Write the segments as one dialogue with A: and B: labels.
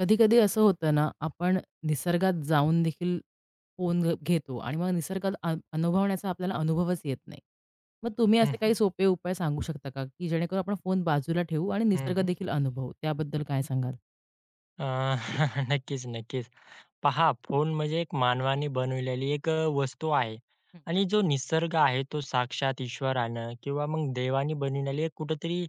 A: कधी-कधी असं होतं ना, आपण निसर्गात जाऊन देखील फोन घेतो आणि मग निसर्गात अनुभवण्याचा आपल्याला अनुभवच येत नाही. मग तुम्ही
B: हं,
A: असे
B: हं.
A: काही सोपे उपाय सांगू शकता का, की जेणेकरून आपण फोन बाजूला ठेवू आणि
B: हं,
A: निसर्ग
B: हं.
A: देखील अनुभवू? त्याबद्दल काय सांगाल?
B: नक्कीच, नक्कीच. पहा, फोन म्हणजे एक मानवाने बनवलेली एक वस्तू आहे
A: हं.
B: आणि जो निसर्ग आहे तो साक्षात ईश्वरानं किंवा मग देवाने बनवलेली एक कुठेतरी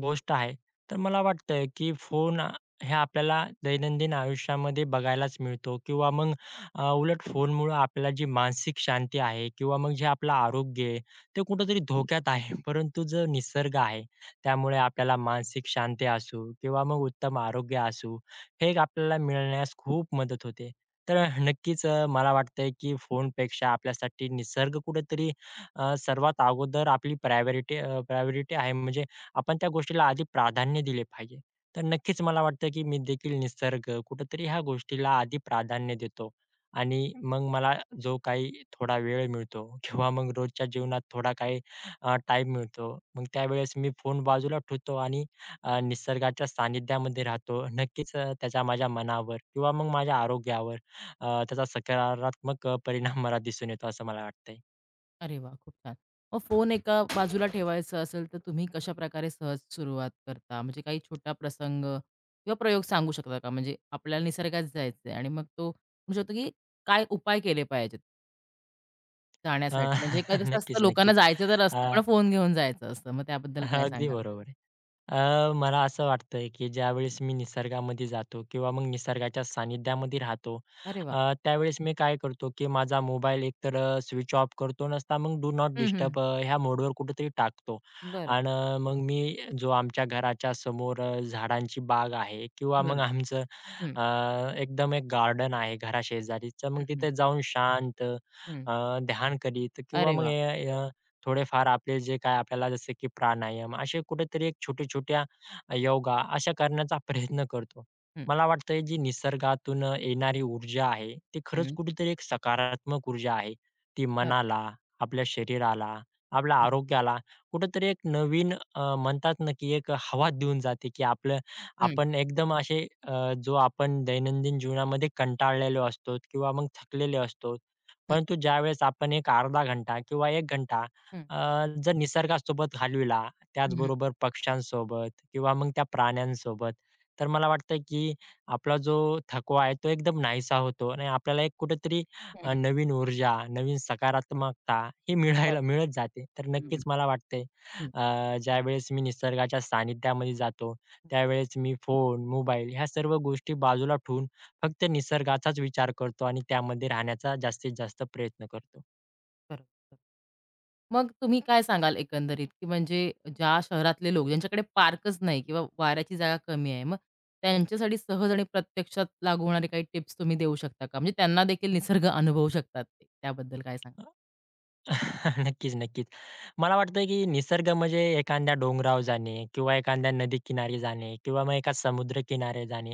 B: गोष्ट आहे. तर मला वाटतं की हे आपल्याला दैनंदिन आयुष्यामध्ये बघायलाच मिळतो किंवा मग उलट फोनमुळं आपल्याला जी मानसिक शांती आहे किंवा मग जे आपलं आरोग्य आहे ते कुठेतरी धोक्यात आहे. परंतु जो निसर्ग आहे त्यामुळे आपल्याला मानसिक शांती असू किंवा मग उत्तम आरोग्य असू हे एक आपल्याला मिळण्यास खूप मदत होते. तर नक्कीच मला वाटतंय की फोनपेक्षा आपल्यासाठी निसर्ग कुठेतरी सर्वात अगोदर आपली प्रायोरिटी प्रायोरिटी आहे. म्हणजे आपण त्या गोष्टीला आधी प्राधान्य दिले पाहिजे. तर नक्कीच मला वाटतं की मी देखील निसर्ग कुठेतरी ह्या गोष्टीला आधी प्राधान्य देतो आणि मग मला जो काही थोडा वेळ मिळतो किंवा मग रोजच्या जीवनात थोडा काही अ, मिळतो. मग त्यावेळेस मी फोन बाजूला ठेवतो आणि निसर्गाच्या सानिध्यामध्ये राहतो, नक्कीच त्याचा माझ्या मनावर किंवा मग माझ्या आरोग्यावर त्याचा सकारात्मक परिणाम मला दिसून येतो असं मला वाटतंय.
A: अरे वाह! खूप छान. मग फोन एका बाजूला ठेवायचा असेल, तर तुम्ही कशाप्रकारे सहज सुरुवात करता? म्हणजे काही छोटा प्रसंग किंवा प्रयोग सांगू शकता का? म्हणजे आपल्याला निसर्गात जायचंय आणि मग तो म्हणू शकतो, की काय उपाय केले पाहिजेत?
B: अ,
A: जाण्यासाठी म्हणजे काय कसं असतं
B: नक्कीच,
A: लोकांना
B: नक्कीच.
A: जायचं तर असतं,
B: अ,
A: पण फोन घेऊन जायचं असतं. मग त्याबद्दल काय
B: अगदी
A: सांगाल?
B: बरोबर. मला असं वाटतंय, की ज्यावेळेस
A: हं.
B: मी निसर्गामध्ये जातो किंवा मग निसर्गाच्या सानिध्यामध्ये राहतो,
A: अरे वाह!
B: त्यावेळेस मी काय करतो, की माझा मोबाईल एकतर स्विच ऑफ करतो नसता मग डू नॉट
A: हं, हं.
B: डिस्टर्ब अ, ह्या मोडवर कुठेतरी टाकतो.
A: बरं,
B: आणि मग मी जो आमच्या घराच्या समोर झाडांची बाग आहे किंवा मग
A: बरं.
B: आमचं
A: हं,
B: अ, एकदम एक गार्डन आहे घराशेजारीच,
A: हं,
B: मग
A: हं,
B: तिथे जाऊन शांत
A: हं.
B: अ, ध्यान करीत किंवा
A: अरे वाह!
B: मग थोडेफार आपले जे काय आपल्याला जसे की प्राणायाम असे कुठेतरी एक छोट्या-छोट्या योगा अशा करण्याचा प्रयत्न करतो.
A: हं,
B: मला वाटतंय जी निसर्गातून येणारी ऊर्जा आहे, ती खरंच
A: हं.
B: कुठेतरी एक सकारात्मक ऊर्जा आहे. ती
A: बरं.
B: मनाला, आपल्या शरीराला, आपल्या
A: हं,
B: आरोग्याला कुठेतरी एक नवीन म्हणतात ना, की एक हवा देऊन जाते, की आपलं
A: हं,
B: आपण एकदम असे जो आपण दैनंदिन जीवनामध्ये कंटाळलेलो असतो किंवा मग थकलेले असतो.
A: हं,
B: परंतु ज्यावेळेस आपण एक अर्धा घंटा किंवा 1 घंटा
A: हं,
B: अ, जर निसर्गासोबत घालविला,
A: हं,
B: त्याचबरोबर पक्ष्यांसोबत किंवा मग त्या प्राण्यांसोबत, तर मला वाटतं की आपला जो थकवा आहे तो एकदम नाहीसा होतो आणि आपल्याला एक कुठेतरी
A: हं,
B: अ,
A: हं.
B: नवीन ऊर्जा, नवीन सकारात्मकता ही
A: बरं.
B: मिळायला मिळत जाते. तर
A: हं, हं,
B: नक्कीच मला वाटतंय
A: हं,
B: ज्यावेळेस मी निसर्गाच्या सानिध्यामध्ये जातो,
A: हं.
B: त्यावेळेस मी फोन, मोबाईल ह्या सर्व गोष्टी बाजूला ठेवून फक्त निसर्गाचाच विचार करतो आणि त्यामध्ये राहण्याचा जास्तीत जास्त प्रयत्न करतो.
A: बरोबर. मग तुम्ही काय सांगाल एकंदरीत, की म्हणजे ज्या शहरातले लोक ज्यांच्याकडे पार्कच नाही किंवा वाऱ्याची जागा कमी आहे, मग त्यांच्यासाठी सहज आणि प्रत्यक्षात लागू होणारे काही टिप्स तुम्ही देऊ शकता का? म्हणजे त्यांना देखील निसर्ग अनुभवू शकतात ते. त्याबद्दल काय सांगाल?
B: नक्कीच, नक्कीच. मला वाटतं की निसर्ग म्हणजे एखाद्या डोंगरावर जाणे किंवा एखाद्या नदीकिनारी जाणे किंवा मग एका समुद्रकिनारे जाणे,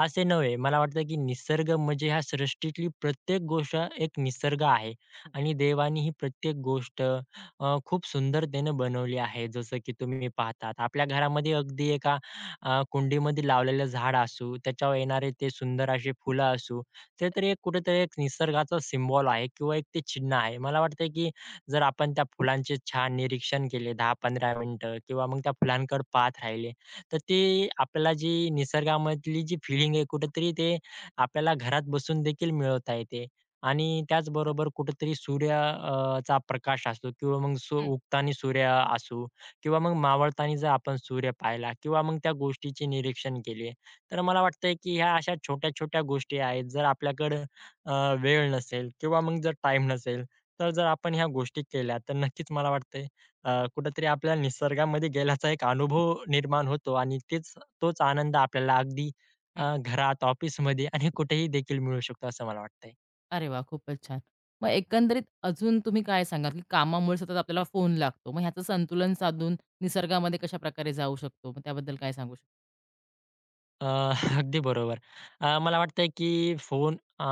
B: असे नव्हे. मला वाटतं की निसर्ग म्हणजे ह्या सृष्टीतली प्रत्येक गोष्ट एक निसर्ग आहे
A: हं.
B: आणि देवाने ही प्रत्येक गोष्ट खूप सुंदरतेने बनवली आहे. जसं की तुम्ही पाहतात आपल्या घरामध्ये अगदी एका कुंडीमध्ये लावलेलं झाड असू, त्याच्यावर येणारे ते सुंदर असे फुलं असू, ते तरी एक कुठेतरी एक निसर्गाचा सिम्बॉल आहे किंवा एक ते चिन्ह आहे. मला वाटतं की जर आपण त्या फुलांचे छान निरीक्षण केले 10-15 मिनिटं किंवा मग त्या फुलांकडे पाहत राहिले, तर ते आपल्याला जी निसर्गामधली जी फीलिंग आहे कुठेतरी ते आपल्याला घरात बसून देखील मिळवता येते. आणि त्याचबरोबर कुठेतरी सूर्य चा प्रकाश असो किंवा मग
A: हं,
B: उगताना सूर्य असू किंवा मग मावळताना जर आपण सूर्य पाहिला किंवा मग त्या गोष्टीचे निरीक्षण केले, तर
A: हं,
B: मला वाटतंय की ह्या अशा छोट्या-छोट्या गोष्टी आहेत. जर आपल्याकडं अ, वेळ नसेल किंवा मग जर टाईम नसेल तर
A: हं,
B: जर आपण ह्या गोष्टी केल्या तर नक्कीच मला वाटतंय कुठेतरी आपल्याला निसर्गामध्ये गेल्याचा एक अनुभव निर्माण होतो आणि तोच आनंद आपल्याला अगदी
A: हं.
B: अ, घरात, ऑफिसमध्ये आणि कुठेही देखील मिळू शकतो असं मला वाटतंय.
A: अरे वाह! खूपच छान. मग एकंदरीत अजून तुम्ही काय सांगाल, की कामामुळे सतत आपल्याला फोन लागतो. मग ह्याचं संतुलन साधून निसर्गामध्ये कशाप्रकारे जाऊ शकतो? मग त्याबद्दल काय सांगू शकता?
B: अ, अगदी बरोबर. मला वाटतंय की फोन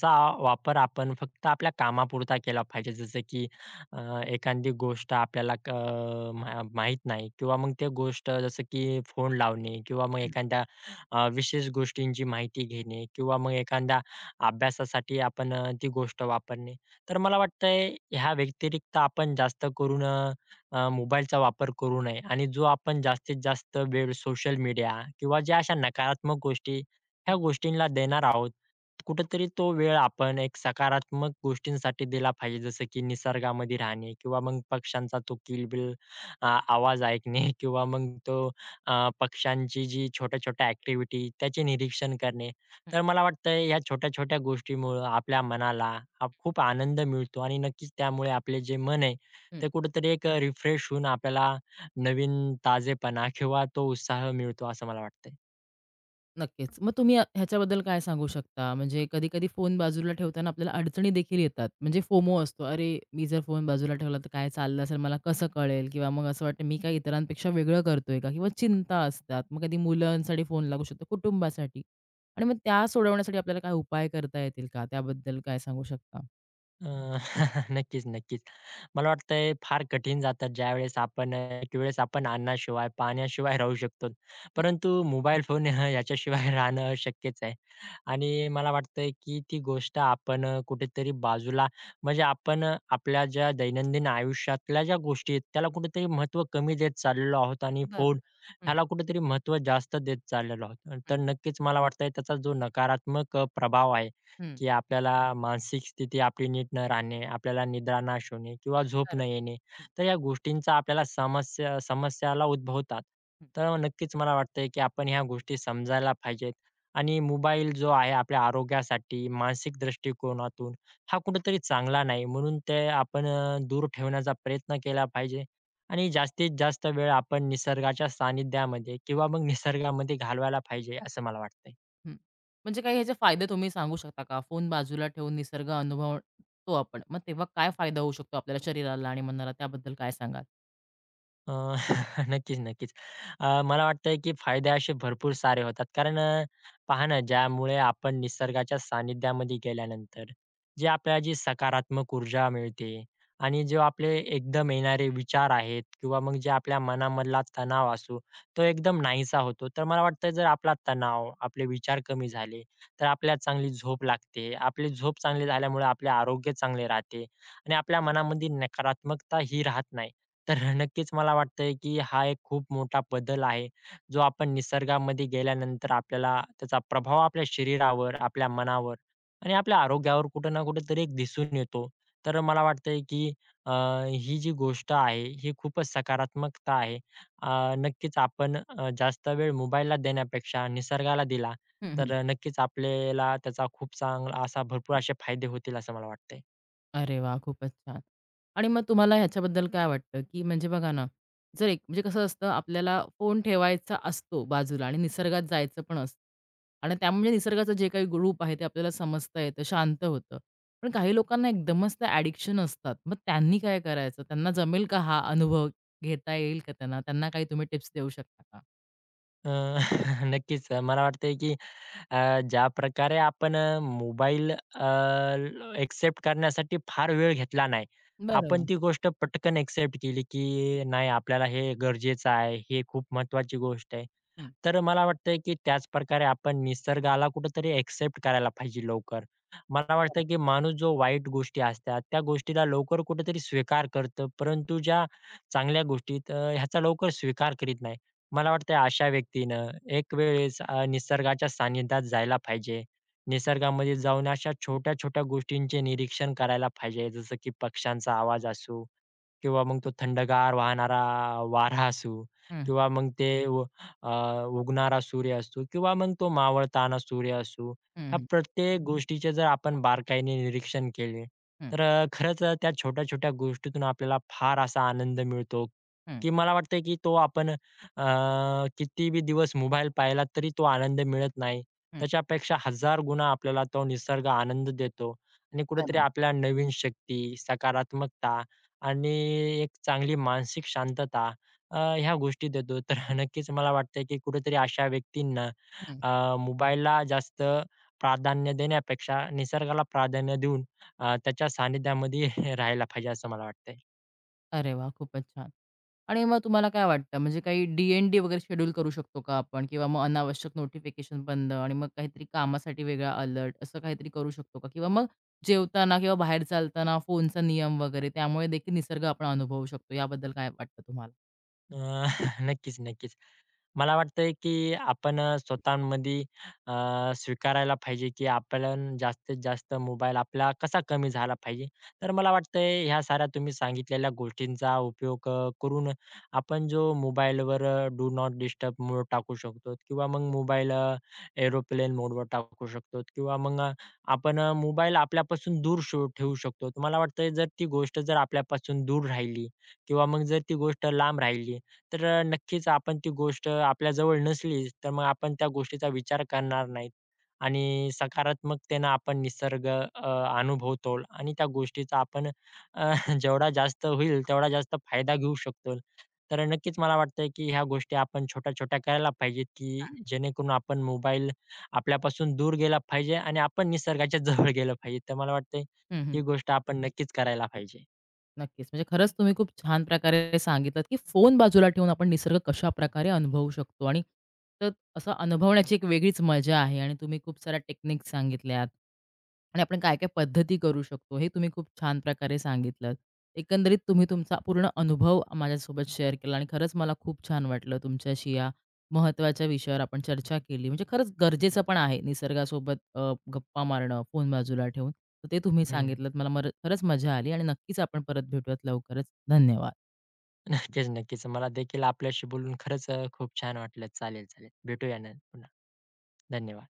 B: चा वापर आपण फक्त आपल्या कामापुरता केला पाहिजे. जसं की एखादी गोष्ट आपल्याला क अ, मा माहीत नाही किंवा मग ते गोष्ट जसं की फोन लावणे किंवा मग
A: हं,
B: एखाद्या विशेष गोष्टींची माहिती घेणे किंवा मग एखाद्या अभ्यासासाठी आपण ती गोष्ट वापरणे. तर मला वाटतंय ह्या व्यतिरिक्त आपण जास्त करून मोबाईलचा वापर करू नये आणि जो आपण जास्तीत जास्त वेळ सोशल मीडिया किंवा ज्या अशा नकारात्मक गोष्टी, ह्या गोष्टींना देणार आहोत, कुठेतरी तो वेळ आपण एक सकारात्मक गोष्टींसाठी दिला पाहिजे. जसं की निसर्गामध्ये राहणे किंवा मग पक्ष्यांचा तो किलबिल आवाज ऐकणे किंवा मग तो पक्ष्यांची जी छोट्या-छोट्या ॲक्टिव्हिटी त्याचे निरीक्षण करणे. तर मला वाटतंय ह्या छोट्या-छोट्या गोष्टीमुळं आपल्या मनाला हा खूप आनंद मिळतो आणि नक्कीच त्यामुळे आपले जे मन आहे ते कुठेतरी एक रिफ्रेश होऊन आपल्याला नवीन ताजेपणा किंवा तो उत्साह मिळतो असं मला वाटतंय.
A: नक्कीच. मग तुम्ही ह्याच्याबद्दल काय सांगू शकता? म्हणजे कधी-कधी फोन बाजूला ठेवताना आपल्याला अडचणी देखील येतात. म्हणजे फोमो असतो. अरे, मी जर फोन बाजूला ठेवला तर काय चाललं असेल, मला कसं कळेल? किंवा मग असं वाटतं मी काय इतरांपेक्षा वेगळं करतोय का? किंवा चिंता असतात. मग कधी मुलांसाठी फोन लागू शकतो, कुटुंबासाठी. आणि मग त्या सोडवण्यासाठी आपल्याला काय उपाय करता येतील का? त्याबद्दल काय सांगू शकता?
B: अ, नक्कीच, नक्कीच. मला वाटतंय फार कठीण जातात ज्यावेळेस आपण एकवेळेस आपण अन्नाशिवाय, पाण्याशिवाय राहू शकतो.
A: हं,
B: परंतु मोबाईल फोन याच्याशिवाय राहणं शक्यच आहे. आणि मला वाटतंय की ती गोष्ट आपण कुठेतरी बाजूला म्हणजे आपण आपल्या ज्या दैनंदिन आयुष्यातल्या ज्या गोष्टी आहेत त्याला कुठेतरी महत्त्व कमी देत चाललेलो आहोत आणि
A: बरोबर.
B: फोन
A: हं,
B: ह्याला कुठेतरी महत्त्व जास्त देत चाललेलो आहोत. तर
A: हं,
B: नक्कीच मला वाटतंय त्याचा जो नकारात्मक प्रभाव आहे
A: हं.
B: की आपल्याला मानसिक स्थिती आपली नीट न राहणे, आपल्याला निद्रानाश होणे किंवा झोप न
A: बरोबर.
B: येणे.
A: हं.
B: तर या गोष्टींचा आपल्याला समस्याला उद्भवतात.
A: हं.
B: तर नक्कीच मला वाटतंय की आपण ह्या गोष्टी समजायला पाहिजेत आणि मोबाईल जो आहे आपल्या आरोग्यासाठी मानसिक दृष्टिकोनातून हा कुठेतरी चांगला नाही. म्हणून ते आपण दूर ठेवण्याचा प्रयत्न केला पाहिजे आणि जास्तीत जास्त वेळ आपण निसर्गाच्या सानिध्यामध्ये किंवा मग निसर्गामध्ये घालवायला पाहिजे, असं मला वाटतंय.
A: हं. म्हणजे काही ह्याचे फायदे तुम्ही सांगू शकता का? फोन बाजूला ठेवून निसर्ग अनुभवतो आपण. मग तेव्हा काय फायदा होऊ शकतो आपल्याला शरीराला आणि मनाला त्याबद्दल काय सांगाल?
B: अ, नक्कीच, नक्कीच. मला वाटतंय की फायदे असे भरपूर सारे होतात. कारण पहा ना, ज्यामुळे आपण निसर्गाच्या सानिध्यामध्ये गेल्यानंतर जे आपल्याला जी सकारात्मक ऊर्जा मिळते आणि जे आपले एकदम येणारे विचार आहेत किंवा मग जे आपल्या मनामधला तणाव असू, तो एकदम नाहीसा होतो. तर मला वाटतं जर आपला तणाव, आपले विचार कमी झाले, तर आपल्याला चांगली झोप लागते. आपली झोप चांगली झाल्यामुळे आपले आरोग्य चांगले राहते आणि आपल्या मनामध्ये नकारात्मकता ही राहत नाही. तर नक्कीच मला वाटतंय, की हा एक खूप मोठा बदल आहे, जो आपण निसर्गामध्ये गेल्यानंतर आपल्याला त्याचा प्रभाव आपल्या शरीरावर, आपल्या मनावर आणि आपल्या आरोग्यावर कुठं ना कुठेतरी एक दिसून येतो. तर मला वाटतंय, की अ, ही जी गोष्ट आहे, ही खूपच सकारात्मकता आहे. नक्कीच आपण जास्त वेळ मोबाईलला देण्यापेक्षा निसर्गाला दिला,
A: हं, हं.
B: तर नक्कीच आपल्याला त्याचा खूप चांगला असा भरपूर असे फायदे होतील असं मला वाटतंय.
A: अरे वाह! खूपच छान. आणि मग तुम्हाला ह्याच्याबद्दल काय वाटतं, की म्हणजे बघा ना, जर एक म्हणजे कसं असतं आपल्याला फोन ठेवायचा असतो बाजूला आणि निसर्गात जायचं पण असतं. आणि त्यामुळे निसर्गाचं जे काही रूप आहे ते आपल्याला समजता येतं, शांत होतं. पण काही लोकांना एकदमच त्या ॲडिक्शन असतात. मग त्यांनी काय करायचं? त्यांना जमेल का हा अनुभव घेता येईल का त्यांना? त्यांना काही तुम्ही टिप्स देऊ शकता का?
B: अ, नक्कीच मला वाटतंय, की ज्या प्रकारे आपण मोबाईल एक्सेप्ट करण्यासाठी फार वेळ घेतला नाही. आपण
A: बरोबर.
B: ती गोष्ट पटकन एक्सेप्ट केली, की नाही आपल्याला हे गरजेचं आहे, हे खूप महत्त्वाची गोष्ट आहे.
A: हं.
B: तर मला वाटतंय, की त्याच प्रकारे आपण निसर्गाला कुठेतरी एक्सेप्ट करायला पाहिजे लवकर. मला वाटतं,
A: बरोबर.
B: की माणूस जो वाईट गोष्टी असतात, त्या गोष्टीला लवकर कुठेतरी स्वीकार करतं, परंतु ज्या चांगल्या गोष्टी ह्याचा लवकर स्वीकार करीत नाही. मला वाटतंय अशा व्यक्तीनं एक वेळेस निसर्गाच्या सानिध्यात जायला पाहिजे. निसर्गामध्ये जाऊन अशा छोट्या-छोट्या गोष्टींचे निरीक्षण करायला पाहिजे. जसं की पक्ष्यांचा आवाज असू किंवा मग तो थंडगार वाहणारा वारा असू
A: हं, हं.
B: किंवा मग ते अ, उगणारा सूर्य असो किंवा मग तो मावळताना सूर्य असो,
A: हं,
B: ह्या
A: हं.
B: प्रत्येक गोष्टीचे जर आपण बारकाईने निरीक्षण केले,
A: हं,
B: तर खरंच त्या छोट्या-छोट्या गोष्टीतून आपल्याला फार असा आनंद मिळतो,
A: हं.
B: की मला वाटतंय की तो आपण कितीबी दिवस मोबाईल पाहिला तरी तो आनंद मिळत नाही. त्याच्यापेक्षा हजार गुणा आपल्याला तो निसर्ग आनंद देतो आणि कुठेतरी
A: बरोबर.
B: आपल्याला नवीन शक्ती, सकारात्मकता आणि एक चांगली मानसिक शांतता ह्या गोष्टी देतो. तर नक्कीच मला वाटतंय, की कुठेतरी अशा व्यक्तींना
A: हं.
B: अ, मोबाईलला जास्त प्राधान्य देण्यापेक्षा निसर्गाला प्राधान्य देऊन त्याच्या सानिध्यामध्ये राहायला पाहिजे असं मला वाटतंय.
A: अरे वा, खूपच छान. आणि मग तुम्हाला काय वाटतं म्हणजे काही DND वगैरे शेड्यूल करू शकतो का आपण? किंवा मग अनावश्यक नोटिफिकेशन बंद आणि मग काहीतरी कामासाठी वेगळा अलर्ट असं काहीतरी करू शकतो का? किंवा मग जेवताना किंवा बाहेर चालताना फोनचा नियम वगैरे त्यामुळे देखील निसर्ग आपण अनुभवू शकतो. याबद्दल काय वाटतं तुम्हाला?
B: अ, नक्कीच, नक्कीच. मला वाटतंय की आपण स्वतःमध्ये अ, स्वीकारायला पाहिजे की आपण जास्तीत जास्त मोबाईल आपला कसा कमी झाला पाहिजे. तर मला वाटतंय ह्या साऱ्या तुम्ही सांगितलेल्या गोष्टींचा उपयोग करून आपण जो मोबाईलवर डू नॉट डिस्टर्ब मोड टाकू शकतो किंवा मग मोबाईल एरोप्लेन मोडवर टाकू शकतो किंवा मग आपण मोबाईल आपल्यापासून दूर ठेवू शकतो. मला वाटतंय जर ती गोष्ट जर आपल्यापासून दूर राहिली किंवा मग जर ती गोष्ट लांब राहिली तर नक्कीच आपण ती गोष्ट आपल्याजवळ नसली, तर मग आपण त्या गोष्टीचा विचार करणार नाहीत आणि सकारात्मकतेनं आपण निसर्ग अनुभवतो आणि त्या गोष्टीचा आपण अ, जेवढा जास्त होईल तेवढा जास्त फायदा घेऊ शकतो. तर नक्कीच मला वाटतंय, की ह्या गोष्टी आपण छोट्या-छोट्या करायला पाहिजेत, की जेणेकरून आपण मोबाईल आपल्यापासून दूर गेला पाहिजे आणि आपण निसर्गाच्या जवळ गेलं पाहिजे. तर मला वाटतंय, ही गोष्ट आपण नक्कीच करायला पाहिजे.
A: नक्कीच. म्हणजे खरंच तुम्ही खूप छान प्रकारे सांगितलत, की फोन बाजूला ठेवून आपण निसर्ग कशाप्रकारे अनुभवू शकतो आणि तर असं अनुभवण्याची एक वेगळीच मजा आहे आणि तुम्ही खूप साऱ्या टेक्निक्स सांगितल्यात आणि आपण काय-काय पद्धती करू शकतो, हे तुम्ही खूप छान प्रकारे सांगितलंत. एकंदरीत तुम्ही तुमचा पूर्ण अनुभव माझ्यासोबत शेअर केला आणि खरंच मला खूप छान वाटलं तुमच्याशी या महत्त्वाच्या विषयावर आपण चर्चा केली. म्हणजे खरंच गरजेचं पण आहे निसर्गासोबत गप्पा मारणं, फोन बाजूला ठेवून. तर ते तुम्ही
B: हं.
A: सांगितलत. मला खरंच मजा आली आणि नक्कीच आपण परत भेटूयात लवकरच. धन्यवाद.
B: नक्कीच, नक्कीच. मला देखील आपल्याशी बोलून खरंच खूप छान वाटलं. चालेल, चालेल. भेटूया न पुन्हा. धन्यवाद.